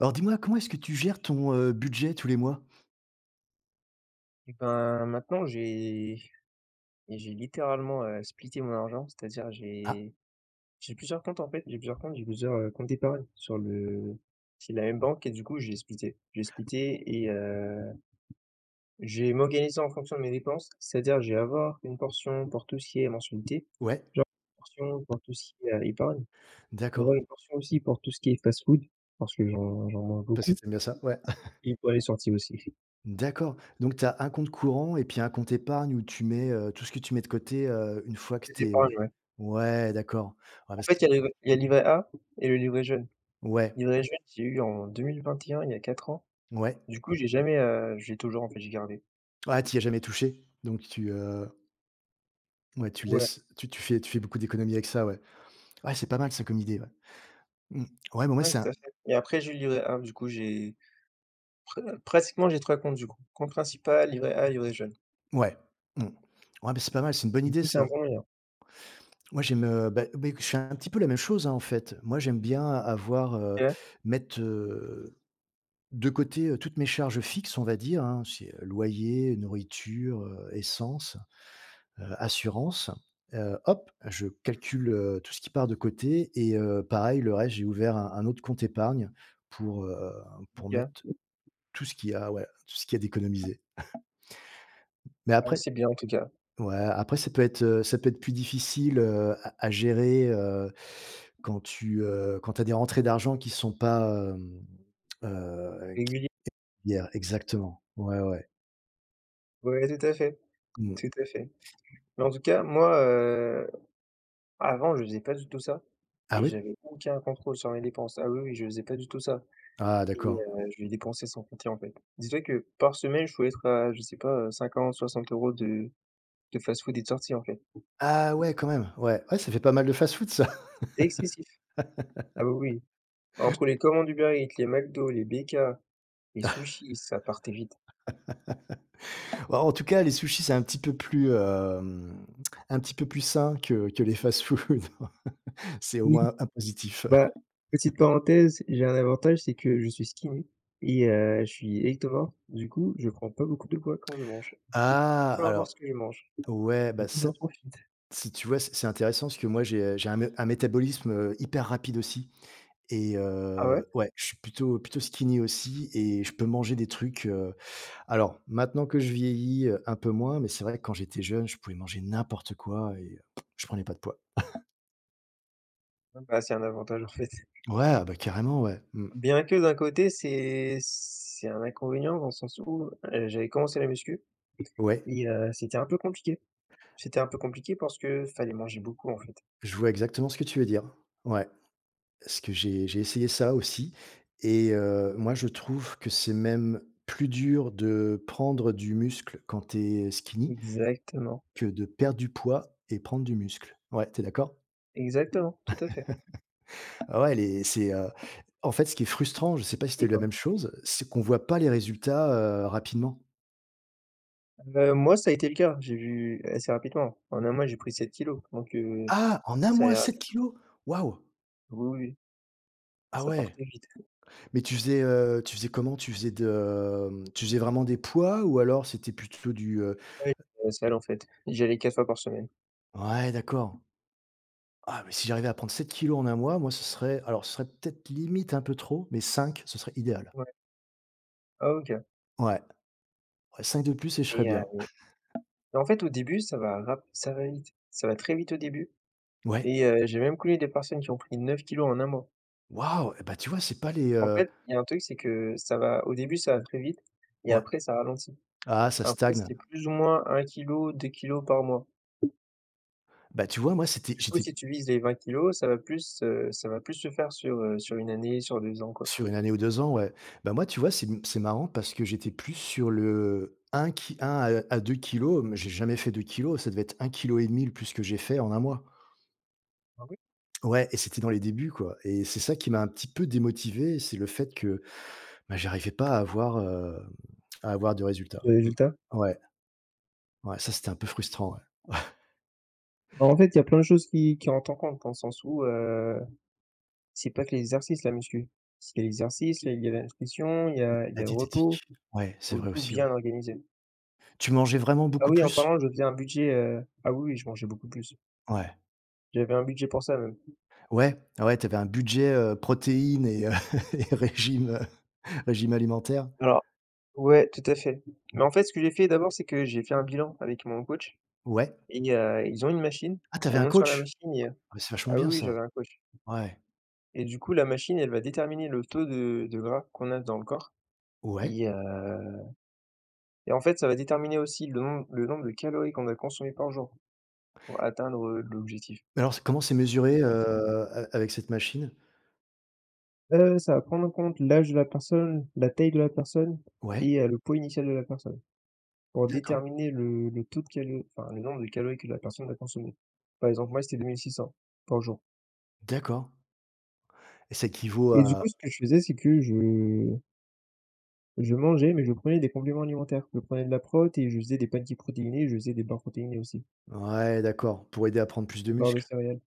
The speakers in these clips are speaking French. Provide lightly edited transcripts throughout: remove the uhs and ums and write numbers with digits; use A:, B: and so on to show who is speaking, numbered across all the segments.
A: Alors dis-moi, comment est-ce que tu gères ton, budget tous les mois?
B: Et ben, maintenant, j'ai littéralement, splitté mon argent, c'est-à-dire
A: Ah
B: j'ai plusieurs comptes, en fait, j'ai plusieurs, comptes d'épargne sur le chez la même banque et du coup, j'ai splitté. J'ai splitté je vais en fonction de mes dépenses, c'est-à-dire j'ai avoir une portion pour tout ce qui est mensualité,
A: ouais,
B: genre une portion pour tout ce qui est, épargne, je
A: d'accord.
B: avoir une portion aussi pour tout ce qui est fast-food parce que j'en mange
A: Parce que
B: beaucoup
A: t'aimes bien ça, ouais.
B: et pour les sorties aussi.
A: D'accord, donc tu as un compte courant et puis un compte épargne où tu mets, tout ce que tu mets de côté, une fois que
B: Les
A: t'es,
B: épargnes, ouais.
A: ouais, d'accord. Ouais,
B: En
A: parce
B: fait, il y a le livret A et le livret jeune.
A: ouais,
B: Livret jaune, j'ai eu en 2021, il y a 4 ans.
A: ouais.
B: Du coup, j'ai jamais, je toujours en fait, j'ai gardé.
A: Ah, t'y as jamais touché, donc tu, ouais, tu
B: Ouais,
A: laisses tu fais beaucoup d'économies avec ça, ouais. Ouais, c'est pas mal ça comme idée, ouais. Mmh. Ouais, mais moi,
B: ouais,
A: c'est un.
B: tout à fait et après j'ai eu le livret A, du coup j'ai pre pratiquement j'ai 3 comptes du coup. Compte principal, livret A, livret jaune.
A: Ouais, mmh. Ouais, mais c'est pas mal, c'est une bonne
B: Du
A: idée
B: coup, c'est un
A: ça.
B: bon moyen.
A: Moi, j'aime, bah, je fais un petit peu la même chose, hein, en fait. Moi, j'aime bien avoir,
B: Ouais,
A: mettre, de côté, toutes mes charges fixes, on va dire, hein. C'est, loyer, nourriture, essence, assurance. Hop, je calcule, tout ce qui part de côté et pareil, le reste, j'ai ouvert un autre compte épargne pour, heu, pour
B: nickel.
A: mettre tout ce qu'il y a, ouais, tout ce qu'il y a d'économisé. Mais
B: Ah,
A: après.
B: c'est bien en tout cas.
A: Ouais, après ça peut être plus difficile, à gérer, quand tu as des rentrées d'argent qui sont pas, heu,
B: Régulier.
A: qui a exactement. Ouais, ouais.
B: Ouais, tout à fait, tout
A: Mmh.
B: à fait. Mais en tout cas, moi, avant, je faisais pas du tout ça
A: Ah
B: et
A: oui?
B: j'avais aucun contrôle sur mes dépenses. Ah oui, oui, je faisais pas du tout ça
A: Ah d'accord.
B: je dépensais sans compter en fait. Dis-toi que par semaine, je pouvais être à, je sais pas, 50-60 € de fast-food et de sorties, en fait.
A: Ah ouais, quand même, ouais. Ouais, ça fait pas mal de fast-food ça.
B: C'était excessif. Ah oui, oui. Entre les commandes Uber Eats, les McDo, les BK, les sushis, ça partait vite.
A: Ouais, en tout cas, les sushis, c'est un petit peu plus, un petit peu plus sain que les fast-food. C'est au
B: Oui,
A: moins un positif.
B: bah, petite parenthèse, j'ai un avantage, c'est que je suis skinny je suis ectomorphe. Du coup, je prends pas beaucoup de poids quand je mange,
A: Ah!
B: peu
A: Alors
B: importe ce que je mange.
A: ouais,
B: Du
A: bah
B: coup,
A: ça.
B: j'en profite.
A: Si tu vois, c'est intéressant parce que moi j'ai un mé un métabolisme, hyper rapide aussi et
B: Ah ouais?
A: ouais, je suis plutôt skinny aussi et je peux manger des trucs, alors maintenant que je vieillis, un peu moins, mais c'est vrai que quand j'étais jeune, je pouvais manger n'importe quoi et je prenais pas de poids.
B: Ah bah, c'est un avantage, en fait.
A: Ouais, ah bah, carrément, ouais. Mmh.
B: Bien que d'un côté, c'est un inconvénient dans le sens où, j'avais commencé la muscu
A: Ouais,
B: c'était un peu compliqué. C'était un peu compliqué parce que fallait manger beaucoup, en fait.
A: je vois exactement ce que tu veux dire. Ouais, parce que j'ai essayé ça aussi et moi je trouve que c'est même plus dur de prendre du muscle quand t'es skinny
B: Exactement,
A: que de perdre du poids et prendre du muscle. Ouais, t'es d'accord?
B: exactement, tout à fait.
A: Ah ouais, les en fait, ce qui est frustrant, je sais pas si tu
B: Et
A: eu la
B: toi?
A: même chose, c'est qu'on voit pas les résultats, rapidement.
B: Moi, ça a été le cas. J'ai vu assez rapidement. En un mois, j'ai pris 7 kilos,
A: Ah! En un
B: ça
A: mois,
B: allait
A: 7
B: rapide.
A: kilos. Waouh!
B: Oui, oui, oui.
A: Ah
B: Ça
A: ouais.
B: portait vite.
A: Mais tu faisais comment? Tu faisais de, tu faisais vraiment des poids ou alors c'était plutôt du,
B: Ouais, j'allais à la salle, en fait. J'y allais 4 fois par semaine.
A: ouais, d'accord. Ah, mais si j'arrivais à prendre 7 kilos en un mois, moi, ce serait peut-être limite un peu trop, mais 5, ce serait idéal.
B: Ouais. Ah OK.
A: Ouais, ouais, 5 de plus et je serais
B: Et
A: bien.
B: heu, en fait, au début, ça va vite. Ça va très vite au début
A: Ouais.
B: j'ai même connu des personnes qui ont pris 9 kilos en un mois.
A: Waouh! Et bah, tu vois, c'est pas les,
B: En fait, il y a un truc, c'est que ça va au début, ça va très vite et
A: ouais.
B: après ça ralentit.
A: Ah, ça
B: Après,
A: stagne.
B: c'est plus ou moins 1 kilo, 2 kilos par mois.
A: Bah, tu vois, moi, c'était
B: Oui,
A: j'étais
B: si tu vises les 20 kilos, ça va plus se faire sur, sur une année, sur 2 ans, quoi.
A: sur une année ou 2 ans, ouais. Bah, moi, tu vois, c'est marrant parce que j'étais plus sur le un à 2 kg, mais j'ai jamais fait 2 kilos. Ça devait être 1,5 kg le plus que j'ai fait en un mois.
B: Ah oui?
A: Ouais et c'était dans les débuts, quoi et c'est ça qui m'a un petit peu démotivé, c'est le fait que, bah, j'arrivais pas à avoir, à avoir de résultats.
B: Le
A: Mmh.
B: résultat.
A: Ouais, ouais, ça, c'était un peu frustrant, ouais.
B: Bah, en fait, il y a plein de choses qui rentrent en compte, dans le sens où, c'est pas que l'exercice, la muscu. C'est l'exercice, il y a la nutrition, il y a il
A: La
B: y a le repos,
A: diététique. Ouais, c'est
B: faut
A: vrai
B: tout
A: aussi, ouais.
B: bien organiser.
A: Tu mangeais vraiment
B: Ah
A: beaucoup
B: oui, en
A: plus?
B: parlant, je faisais un budget, ah oui, oui, je mangeais beaucoup plus.
A: Ouais.
B: J'avais un budget pour ça, même.
A: Ouais, ah ouais, t'avais un budget, protéines et et régime alimentaire.
B: Alors ouais, tout à fait. Mais en fait, ce que j'ai fait d'abord, c'est que j'ai fait un bilan avec mon coach
A: Ouais.
B: ils ont une machine,
A: Ah, t'avais
B: on
A: un
B: monte sur la
A: coach?
B: machine
A: Ah, mais c'est vachement
B: ah
A: bien
B: oui, oui,
A: ça.
B: j'avais un coach.
A: Ouais.
B: Et du coup, la machine, elle va déterminer le taux de gras qu'on a dans le corps
A: Ouais.
B: et heu et en fait, ça va déterminer aussi le nombre de calories qu'on a consommées par jour pour atteindre,
A: Mais alors c'est comment c'est mesuré,
B: l'objectif visé.
A: a avec cette machine?
B: Ça va prendre en compte l'âge de la personne, la taille de la personne
A: Ouais,
B: le poids initial de la personne pour
A: d'accord,
B: déterminer le taux de calo enfin, le nombre de calories que la personne va consommer. Par exemple, moi, c'était 2 600 par jour
A: d'accord et ça équivaut
B: et du
A: à.
B: coup, ce que je faisais, c'est que je mangeais, mais je prenais des compléments alimentaires. Je prenais de la prot et je faisais des pancakes protéinés et je faisais des barres protéinées aussi.
A: Ouais, d'accord, pour aider à prendre plus de
B: Des barres de
A: muscles?
B: céréales.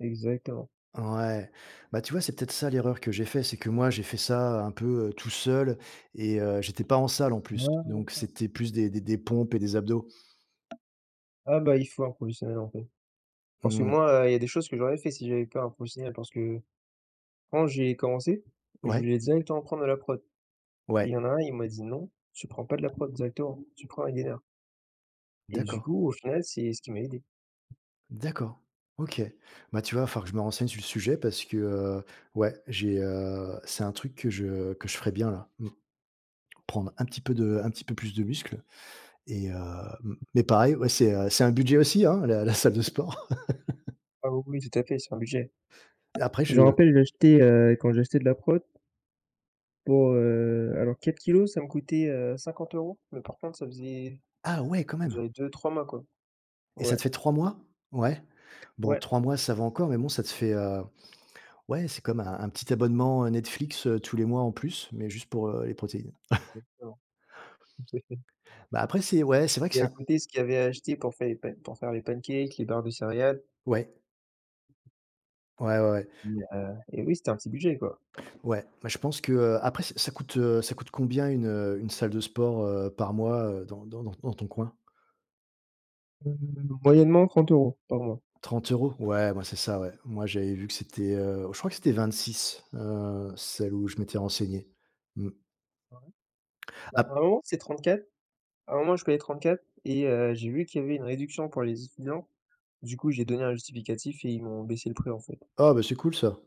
B: Exactement.
A: Ouais. Bah, tu vois, c'est peut-être ça l'erreur que j'ai fait, c'est que moi, j'ai fait ça un peu, tout seul et j'étais pas en salle en plus,
B: Ouais.
A: donc c'était plus des pompes et des abdos.
B: Ah bah, il faut un professionnel, en fait. Parce que
A: Mmh.
B: moi, il y a des choses que j'aurais fait si j'avais pas un professionnel parce que quand j'ai commencé, je
A: Ouais,
B: voulais directement prendre de la prot et il
A: ouais,
B: y en a un, il m'a dit : « Non, tu prends pas de la prot directement, tu prends un gainer » et du
A: d'accord.
B: coup, au final, c'est ce qui m'a aidé.
A: D'accord. OK. Bah, tu vois, il va falloir que je me renseigne sur le sujet parce que, ouais, c'est un truc que je ferais bien là. Mmh, prendre un petit peu de un petit peu plus de muscle et mmh, mais pareil, ouais, c'est un budget aussi, hein, la salle de sport.
B: Ah oui, oui, tout à fait, c'est un budget.
A: Après
B: Je me
A: je
B: rappelle, j'achetais, quand j'ai acheté de la prot pour, alors 4 kilos ça me coûtait, 50 €, mais par contre, ça faisait.
A: Ah ouais, quand
B: Ça a
A: même.
B: duré 2-3 mois, quoi.
A: Et ça
B: Ouais,
A: te fait 3 mois? Ouais. Bon,
B: ouais,
A: 3 mois, ça va encore, mais bon, ça te fait, ouais, c'est comme un petit abonnement, Netflix, tous les mois en plus, mais juste pour, les protéines.
B: exactement.
A: Bah, après c'est. Ouais, c'est vrai que
B: Et
A: c'est
B: à
A: un.
B: côté, ce qu'il avait acheté pour faire les pan pour faire les pancakes, les barres de céréales
A: Ouais. Ouais, ouais, ouais.
B: et oui, c'était un petit budget, quoi.
A: Ouais, bah, je pense que, après ça coûte combien une salle de sport, par mois, dans ton coin?
B: Heu, moyennement 30 € par mois.
A: 30 €. Ouais, moi, c'est ça, ouais. Moi, j'avais vu que c'était, je crois que c'était 26, celle où je m'étais renseigné. Mmh.
B: Bah,
A: Ap
B: à un moment, c'était 34, à un moment, je payais 34 j'ai vu qu'il y avait une réduction pour les étudiants. Du coup, j'ai donné un justificatif et ils m'ont baissé le prix, en fait.
A: Ah, oh, bah, c'est cool ça.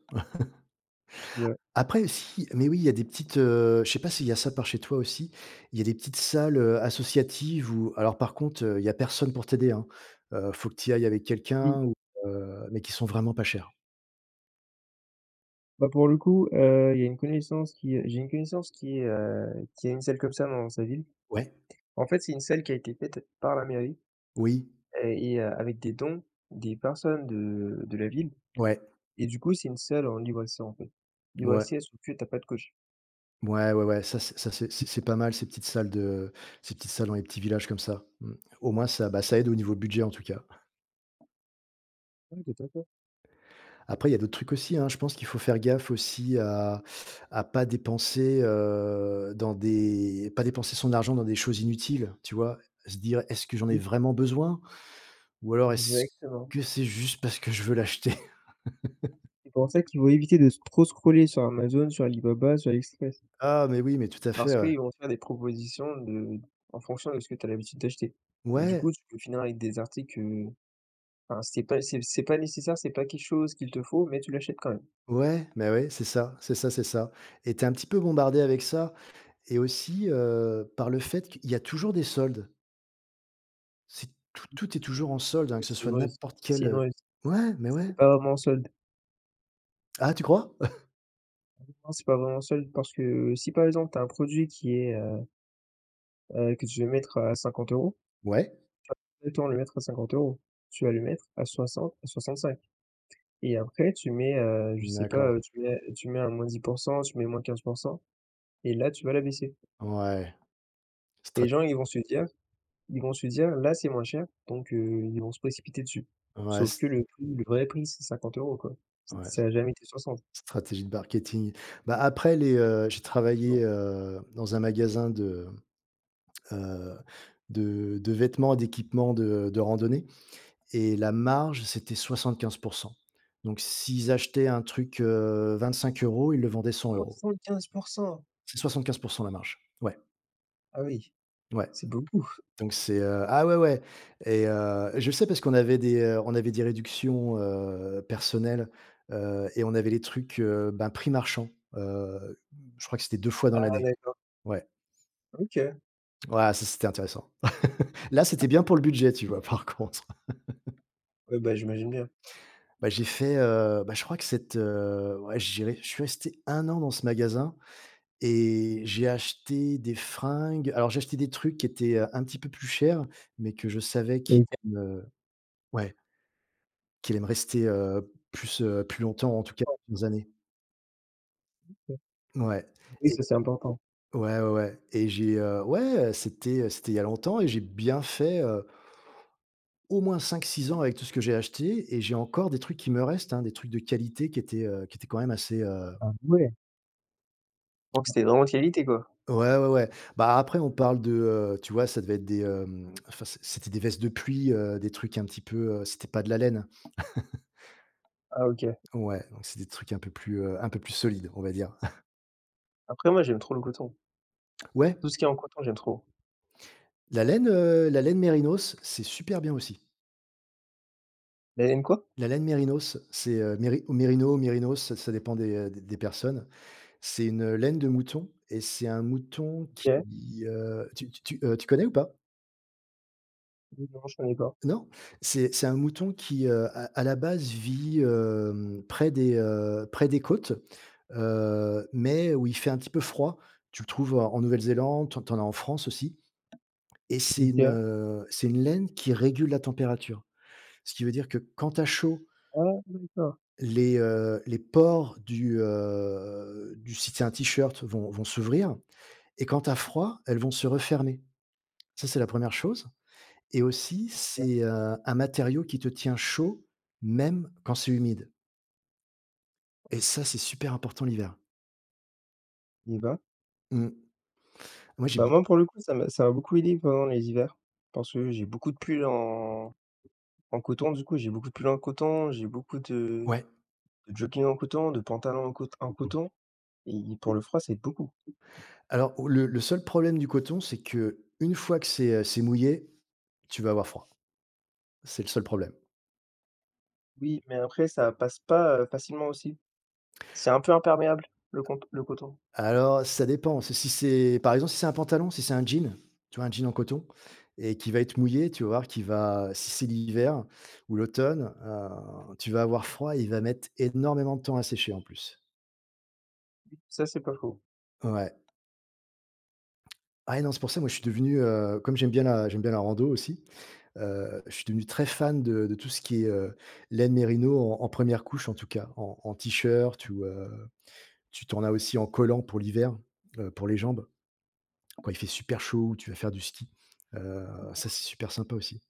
B: Ouais.
A: Après si, mais oui, il y a des petites, je sais pas s'il y a ça par chez toi aussi? Il y a des petites salles, associatives où alors par contre, il y a personne pour t'aider, hein. Faut que tu y ailles avec
B: Oui.
A: quelqu'un ou mais qui sont vraiment pas chères.
B: Bah, pour le coup, il y a une connaissance qui, j'ai une connaissance qui est, qui a une salle comme ça dans sa ville.
A: Ouais,
B: En fait, c'est une salle qui a été faite par la mairie,
A: oui,
B: et avec des dons des personnes de la ville
A: ouais,
B: et du coup, c'est une salle en libre accès, en fait. Libre
A: ouais.
B: accès, sauf que tu as pas de coach.
A: Ouais, ouais, ouais, ça c'est pas mal ces petites salles dans les petits villages comme ça. Mmh. Au moins ça, bah, ça aide au niveau budget en tout cas.
B: Oui, tout à fait.
A: Après il y a d'autres trucs aussi, hein. Je pense qu'il faut faire gaffe aussi à pas dépenser, dans des pas dépenser son argent dans des choses inutiles, tu vois? Se dire: «Est-ce que j'en ai
B: Mmh.
A: vraiment besoin? Ou alors est-ce
B: Exactement.
A: que c'est juste parce que je veux l'acheter?»
B: C'est pour ça qu'ils vont éviter de trop scroller sur Amazon, sur Alibaba, sur AliExpress
A: Ah mais oui, mais tout à
B: parce
A: fait, ouais.
B: qu'ils vont faire des propositions de en fonction de ce que tu as l'habitude d'acheter et du coup,
A: Ouais,
B: tu peux finir avec des articles, enfin, c'est pas nécessaire, c'est pas quelque chose qu'il te faut, mais tu l'achètes quand même.
A: ouais, mais ouais, c'est ça, c'est ça, c'est ça et t'es un petit peu bombardé avec ça. Et aussi, par le fait qu'il y a toujours des soldes. C'est. Tout est toujours en solde, hein, que ce
B: C'est
A: soit
B: une ruse,
A: n'importe
B: c'est
A: quel,
B: une ruse.
A: ouais, mais
B: C'est
A: ouais.
B: pas vraiment un solde.
A: Ah, tu crois?
B: Non, c'est pas vraiment seul parce que si par exemple tu as un produit qui est, que tu veux mettre à 50 €,
A: Ouais,
B: autant le mettre à 50 €. Tu vas le mettre à 60 à 65 et après tu mets, je sais pas,
A: d'accord.
B: tu mets un -10 tu mets -15 et là tu vas la baisser.
A: Ouais,
B: Et les
A: strat
B: gens ils vont se dire : « Là c'est moins cher », donc ils vont se précipiter dessus.
A: ouais,
B: Sauf
A: s
B: que le prix, le vrai prix c'est 50 € quoi. C ça
A: ouais,
B: a jamais été 60.
A: stratégie de marketing. Bah, après j'ai
B: Non.
A: travaillé, dans un magasin heu, de vêtements et d'équipements de randonnée et la marge, c'était 75. Donc s'ils achetaient un truc, 25 euros, ils le vendaient 100 euros.
B: 75.
A: C'est 75% la marge. Ouais,
B: Ah oui,
A: ouais.
B: c'est beaucoup.
A: Donc c'est, ah ouais, ouais et je sais parce qu'on avait des, on avait des réductions, personnelles, et on avait les trucs, ben, prix marchand, heu, je crois que c'était 2 fois dans
B: Ah
A: l'année.
B: d'accord,
A: Ouais,
B: OK.
A: ouais, ça c'était intéressant. Là, c'était bien pour le budget, tu vois, par contre.
B: Ouais, bah, j'imagine bien.
A: Bah, j'ai fait, bah, je crois que cette, ouais, je dirais je suis resté un an dans ce magasin. Et j'ai acheté des fringues. Alors, j'ai acheté des trucs qui étaient, un petit peu plus chers, mais que je savais qu'il
B: OK.
A: me. Ouais, qu'il allait me rester, plus, plus longtemps, en tout cas plusieurs années.
B: Mmh.
A: Ouais
B: Oui,
A: et
B: ça, c'est important.
A: ouais, ouais, ouais et j'ai, ouais, c'était il y a longtemps et j'ai bien fait, au moins 5, 6 ans avec tout ce que j'ai acheté et j'ai encore des trucs qui me restent, hein, des trucs de qualité qui étaient quand même assez.
B: Ah ouais! Donc c'était vraiment de qualité, quoi.
A: Ouais, ouais, ouais. Bah, après on parle de, tu vois, ça devait être des, enfin, c'était des vestes de pluie, des trucs un petit peu, c'était pas de la laine.
B: Ah OK.
A: Ouais, donc c'est des trucs un peu plus solides, on va dire.
B: Après moi, j'aime trop le coton.
A: Ouais,
B: Tout ce qui est en coton, j'aime trop.
A: la laine mérinos, c'est super bien aussi.
B: La laine quoi?
A: La laine mérinos, c'est, méri ou mérino, mérinos, ça dépend des, des personnes. C'est une, laine de mouton et c'est un mouton
B: OK.
A: qui, tu connais ou pas?
B: Oui, non, je connais pas.
A: Non, c'est un mouton qui, à la base vit, près des côtes, mais où il fait un petit peu froid. Tu le trouves en Nouvelle-Zélande, tu en as en France aussi et
B: OK.
A: c'est une laine qui régule la température. Ce qui veut dire que quand tu chaud,
B: Ah d'accord.
A: les pores du si c'est un t-shirt vont s'ouvrir et quand tu froid, elles vont se refermer. Ça, c'est la première chose. Et aussi, c'est, un matériau qui te tient chaud, même quand c'est humide. Et ça, c'est super important l'hiver.
B: Et bah
A: Mmh. Moi, j'ai
B: bah, moi, pour le coup, ça m'a beaucoup aidé pendant les hivers parce que j'ai beaucoup de pulls en coton, du coup, j'ai beaucoup de pulls en coton, j'ai beaucoup de
A: ouais.
B: de jogging en coton, de pantalons en cot en coton et pour le froid, ça aide beaucoup.
A: Alors, le seul problème du coton, c'est que une fois que c'est mouillé, tu vas avoir froid. C'est le seul problème.
B: Oui, mais après ça passe pas, facilement aussi. C'est un peu imperméable, le coton.
A: Alors, ça dépend. Si c'est par exemple, si c'est un pantalon, si c'est un jean, tu vois, un jean en coton et qui va être mouillé, tu vas voir qu'il va si c'est l'hiver ou l'automne, tu vas avoir froid et il va mettre énormément de temps à sécher en plus.
B: Ça, c'est pas faux.
A: Ouais. Ah ouais, non, c'est pour ça, moi, je suis devenu, comme j'aime bien la rando aussi, je suis devenu très fan de tout ce qui est, laine mérino en 1 couche, en tout cas, en t-shirt ou, tu t'en as aussi en collant pour l'hiver, pour les jambes, quand il fait super chaud ou tu vas faire du ski, heu, ça, c'est super sympa aussi.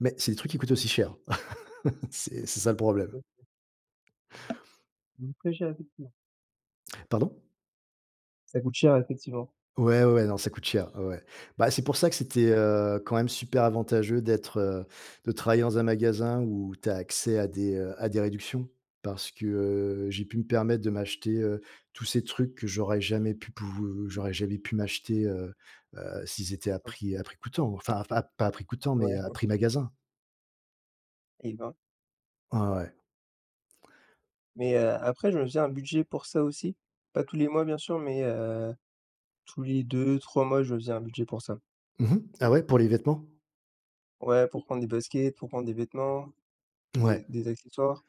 A: Mais c'est des trucs qui coûtent aussi cher. C'est ça le problème.
B: C'est très cher, effectivement.
A: Pardon?
B: Ça coûte cher, effectivement.
A: Ouais, ouais, ouais, non, ça coûte cher, ouais, ouais. Bah, c'est pour ça que c'était, quand même super avantageux d'être, de travailler dans un magasin où tu as accès à des réductions parce que, j'ai pu me permettre de m'acheter, tous ces trucs que j'aurais jamais pu m'acheter, s'ils étaient à prix coûtant, enfin, pas à prix coûtant, mais
B: Ouais,
A: à prix magasin.
B: et ben,
A: Ouais, ouais.
B: mais, après je me faisais un budget pour ça aussi. Pas tous les mois bien sûr, mais, tous les deux, 3 mois, je me faisais un budget pour ça.
A: Mmh Ah ouais, pour les vêtements?
B: Ouais, pour prendre des baskets, pour prendre des vêtements,
A: Ouais.
B: des accessoires.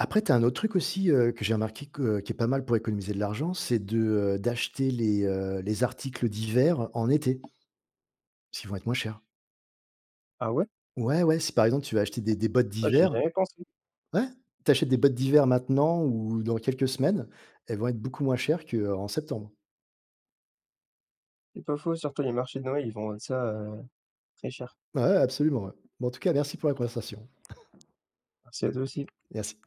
A: Après, tu as un autre truc aussi, que j'ai remarqué que qui est pas mal pour économiser de l'argent, c'est de, d'acheter les articles d'hiver en été, parce qu'ils vont être moins chers.
B: Ah ouais?
A: Ouais, ouais, si par exemple tu vas acheter des bottes
B: Ah, j'y ai
A: d'hiver.
B: jamais pensé.
A: Ouais, tu achètes des bottes d'hiver maintenant ou dans quelques semaines, elles vont être beaucoup moins chères qu'en septembre.
B: C'est pas faux, surtout les marchés de Noël, ils vendent ça, très cher.
A: Ouais, ouais, absolument, ouais. Bon, en tout cas, merci pour la conversation.
B: Alors c'est aussi
A: Merci.